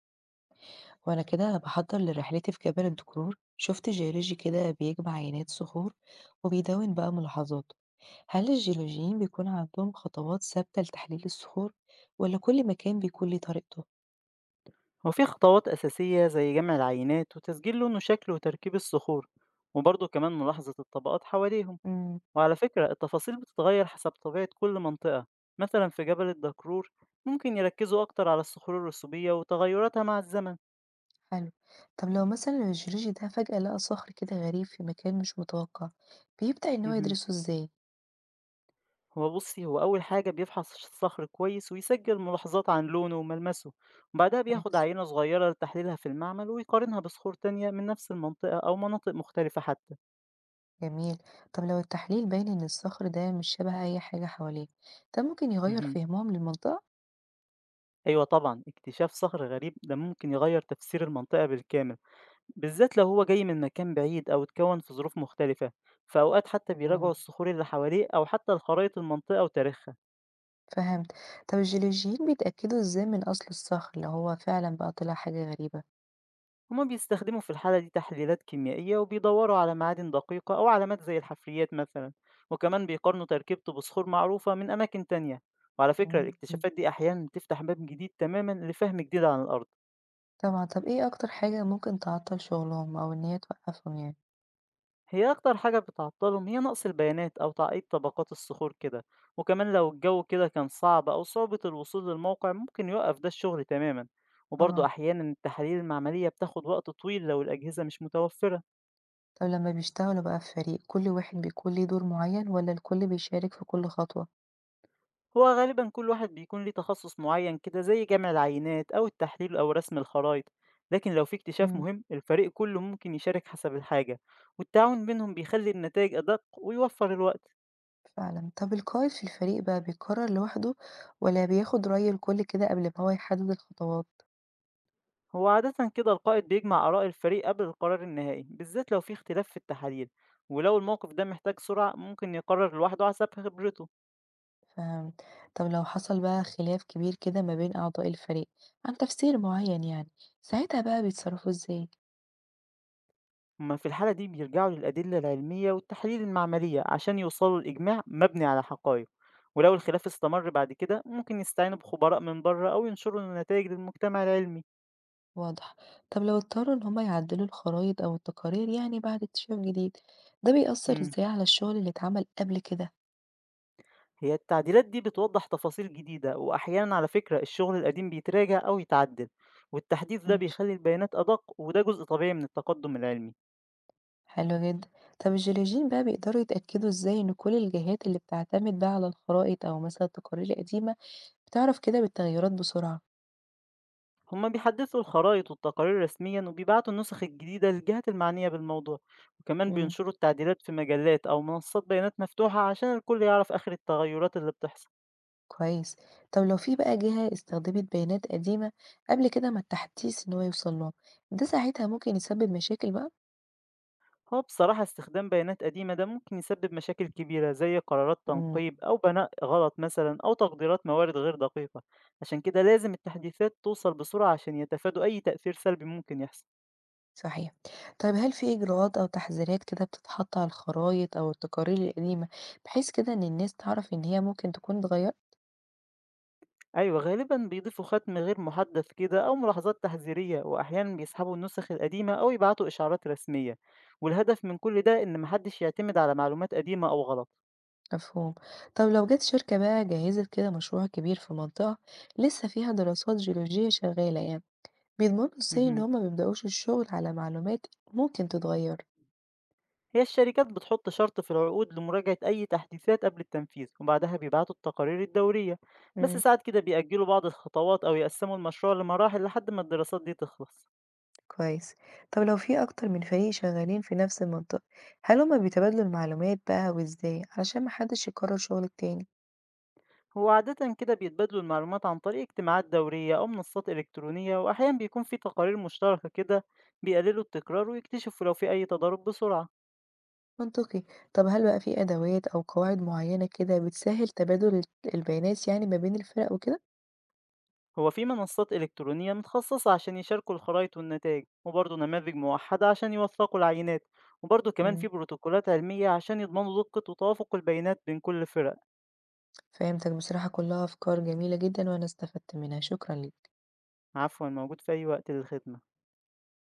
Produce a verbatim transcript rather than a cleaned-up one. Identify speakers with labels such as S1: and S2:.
S1: وأنا كده بحضر لرحلتي في جبل الدكرور، شفت جيولوجي كده بيجمع عينات صخور وبيدون بقى ملاحظاته. هل الجيولوجيين بيكون عندهم خطوات ثابتة لتحليل الصخور، ولا كل مكان بيكون ليه طريقته؟
S2: هو في خطوات أساسية زي جمع العينات وتسجيل لون وشكل وتركيب الصخور، وبرضه كمان ملاحظة الطبقات حواليهم.
S1: امم
S2: وعلى فكرة التفاصيل بتتغير حسب طبيعة كل منطقة، مثلا في جبل الدكرور ممكن يركزوا أكتر على الصخور الرسوبية وتغيراتها مع الزمن.
S1: حلو. طب لو مثلا الجيولوجي ده فجأة لقى صخر كده غريب في مكان مش متوقع، بيبدأ إن هو
S2: مهم.
S1: يدرسه إزاي؟
S2: هو بصي هو أول حاجة بيفحص الصخر كويس ويسجل ملاحظات عن لونه وملمسه، وبعدها بياخد
S1: كويس،
S2: عينة صغيرة لتحليلها في المعمل ويقارنها بصخور تانية من نفس المنطقة أو مناطق مختلفة حتى.
S1: جميل. طب لو التحليل باين إن الصخر ده مش شبه أي حاجة حواليه، ده ممكن يغير
S2: مهم.
S1: فهمهم للمنطقة؟
S2: أيوه طبعًا، اكتشاف صخر غريب ده ممكن يغيّر تفسير المنطقة بالكامل، بالذات لو هو جاي من مكان بعيد أو اتكوّن في ظروف مختلفة، فأوقات حتى
S1: مم.
S2: بيراجعوا الصخور اللي حواليه أو حتى الخرايط المنطقة وتاريخها.
S1: فهمت. طب الجيولوجيين بيتأكدوا إزاي من أصل الصخر لو هو فعلا بقى طلع حاجة غريبة؟
S2: هُم بيستخدموا في الحالة دي تحليلات كيميائية وبيدوّروا على معادن دقيقة أو علامات زي الحفريات مثلًا، وكمان بيقارنوا تركيبته بصخور معروفة من أماكن تانية، وعلى فكرة
S1: مم.
S2: الاكتشافات دي أحيانًا بتفتح باب جديد تمامًا لفهم جديد عن الأرض.
S1: طبعا. طب إيه أكتر حاجة ممكن تعطل شغلهم أو إن هي توقفهم يعني؟
S2: هي أكتر حاجة بتعطلهم هي نقص البيانات أو تعقيد طبقات الصخور كده، وكمان لو الجو كده كان صعب أو صعوبة الوصول للموقع ممكن يوقف ده الشغل تماما، وبرضه
S1: طبعا.
S2: أحيانا التحاليل المعملية بتاخد وقت طويل لو الأجهزة مش متوفرة.
S1: طب لما بيشتغلوا بقى في فريق، كل واحد بيكون ليه دور معين ولا الكل بيشارك في كل خطوة؟
S2: هو غالبا كل واحد بيكون ليه تخصص معين كده زي جمع العينات أو التحليل أو رسم الخرائط، لكن لو في اكتشاف
S1: مم.
S2: مهم الفريق كله ممكن يشارك حسب الحاجة. والتعاون بينهم بيخلي النتائج أدق ويوفر الوقت.
S1: فعلا. طب القائد في الفريق بقى بيقرر لوحده، ولا بياخد رأي الكل كده قبل ما هو يحدد الخطوات؟
S2: هو عادة كده القائد بيجمع آراء الفريق قبل القرار النهائي بالذات لو في اختلاف في التحاليل، ولو الموقف ده محتاج سرعة ممكن يقرر لوحده حسب خبرته.
S1: فهمت. طب لو حصل بقى خلاف كبير كده ما بين أعضاء الفريق عن تفسير معين يعني، ساعتها بقى بيتصرفوا ازاي؟
S2: هما في الحالة دي بيرجعوا للأدلة العلمية والتحاليل المعملية عشان يوصلوا لإجماع مبني على حقائق، ولو الخلاف استمر بعد كده ممكن يستعينوا بخبراء من بره أو ينشروا النتائج للمجتمع العلمي.
S1: واضح. طب لو اضطروا ان هما يعدلوا الخرائط أو التقارير يعني بعد اكتشاف جديد، ده بيأثر
S2: مم.
S1: ازاي على الشغل اللي اتعمل قبل كده؟
S2: هي التعديلات دي بتوضح تفاصيل جديدة، وأحيانا على فكرة الشغل القديم بيتراجع أو يتعدل، والتحديث ده
S1: ماشي،
S2: بيخلي البيانات أدق وده جزء طبيعي من التقدم العلمي.
S1: حلو جدا. طب الجيولوجيين بقى بيقدروا يتأكدوا ازاي ان كل الجهات اللي بتعتمد بقى على الخرائط أو مثلا التقارير القديمة بتعرف كده بالتغيرات بسرعة؟
S2: هما بيحدثوا الخرائط والتقارير رسميا وبيبعتوا النسخ الجديدة للجهات المعنية بالموضوع، وكمان
S1: مم.
S2: بينشروا التعديلات في مجلات أو منصات بيانات مفتوحة عشان الكل يعرف آخر التغيرات اللي بتحصل.
S1: كويس. طب لو في بقى جهة استخدمت بيانات قديمة قبل كده ما التحديث إن هو يوصل لهم، ده ساعتها ممكن يسبب مشاكل بقى؟
S2: هو بصراحة استخدام بيانات قديمة ده ممكن يسبب مشاكل كبيرة زي قرارات
S1: إمم،
S2: تنقيب أو بناء غلط مثلا أو تقديرات موارد غير دقيقة. عشان كده لازم التحديثات توصل بسرعة عشان يتفادوا أي تأثير سلبي ممكن يحصل.
S1: صحيح. طيب هل في إجراءات أو تحذيرات كده بتتحط على الخرايط أو التقارير القديمة بحيث كده إن الناس تعرف إن هي ممكن تكون اتغيرت؟
S2: أيوه، غالبًا بيضيفوا ختم غير محدَّث كده أو ملاحظات تحذيرية، وأحيانًا بيسحبوا النسخ القديمة أو يبعتوا إشعارات رسمية، والهدف من كل ده إن ما حدش يعتمد على معلومات قديمة أو غلط.
S1: مفهوم. طب لو جت شركة بقى جهزت كده مشروع كبير في منطقة لسه فيها دراسات جيولوجية شغالة يعني، بيضمنوا إزاي إن
S2: اهم.
S1: هُم ما يبدأوش الشغل على معلومات ممكن تتغير؟
S2: هي الشركات بتحط شرط في العقود لمراجعة أي تحديثات قبل التنفيذ، وبعدها بيبعتوا التقارير الدورية، بس
S1: إمم.
S2: ساعات كده بيأجّلوا بعض الخطوات أو يقسّموا المشروع لمراحل لحد ما الدراسات دي تخلص.
S1: كويس. طب لو في أكتر من فريق شغالين في نفس المنطقة، هل هما بيتبادلوا المعلومات بقى وإزاي علشان محدش يكرر شغل التاني؟
S2: هو عادة كده بيتبادلوا المعلومات عن طريق اجتماعات دورية أو منصات إلكترونية، وأحيانا بيكون في تقارير مشتركة كده بيقللوا التكرار ويكتشفوا لو في أي تضارب بسرعة.
S1: منطقي. طب هل بقى في أدوات أو قواعد معينة كده بتسهل تبادل ال- البيانات يعني ما بين الفرق وكده؟
S2: هو في منصات إلكترونية متخصصة عشان يشاركوا الخرايط والنتائج، وبرضه نماذج موحدة عشان يوثقوا العينات، وبرضه كمان في
S1: مم.
S2: بروتوكولات علمية عشان يضمنوا دقة وتوافق البيانات بين كل فرق.
S1: فهمتك. بصراحة كلها أفكار جميلة جدا وأنا استفدت منها، شكرا ليك.
S2: عفوا، موجود في أي وقت للخدمة.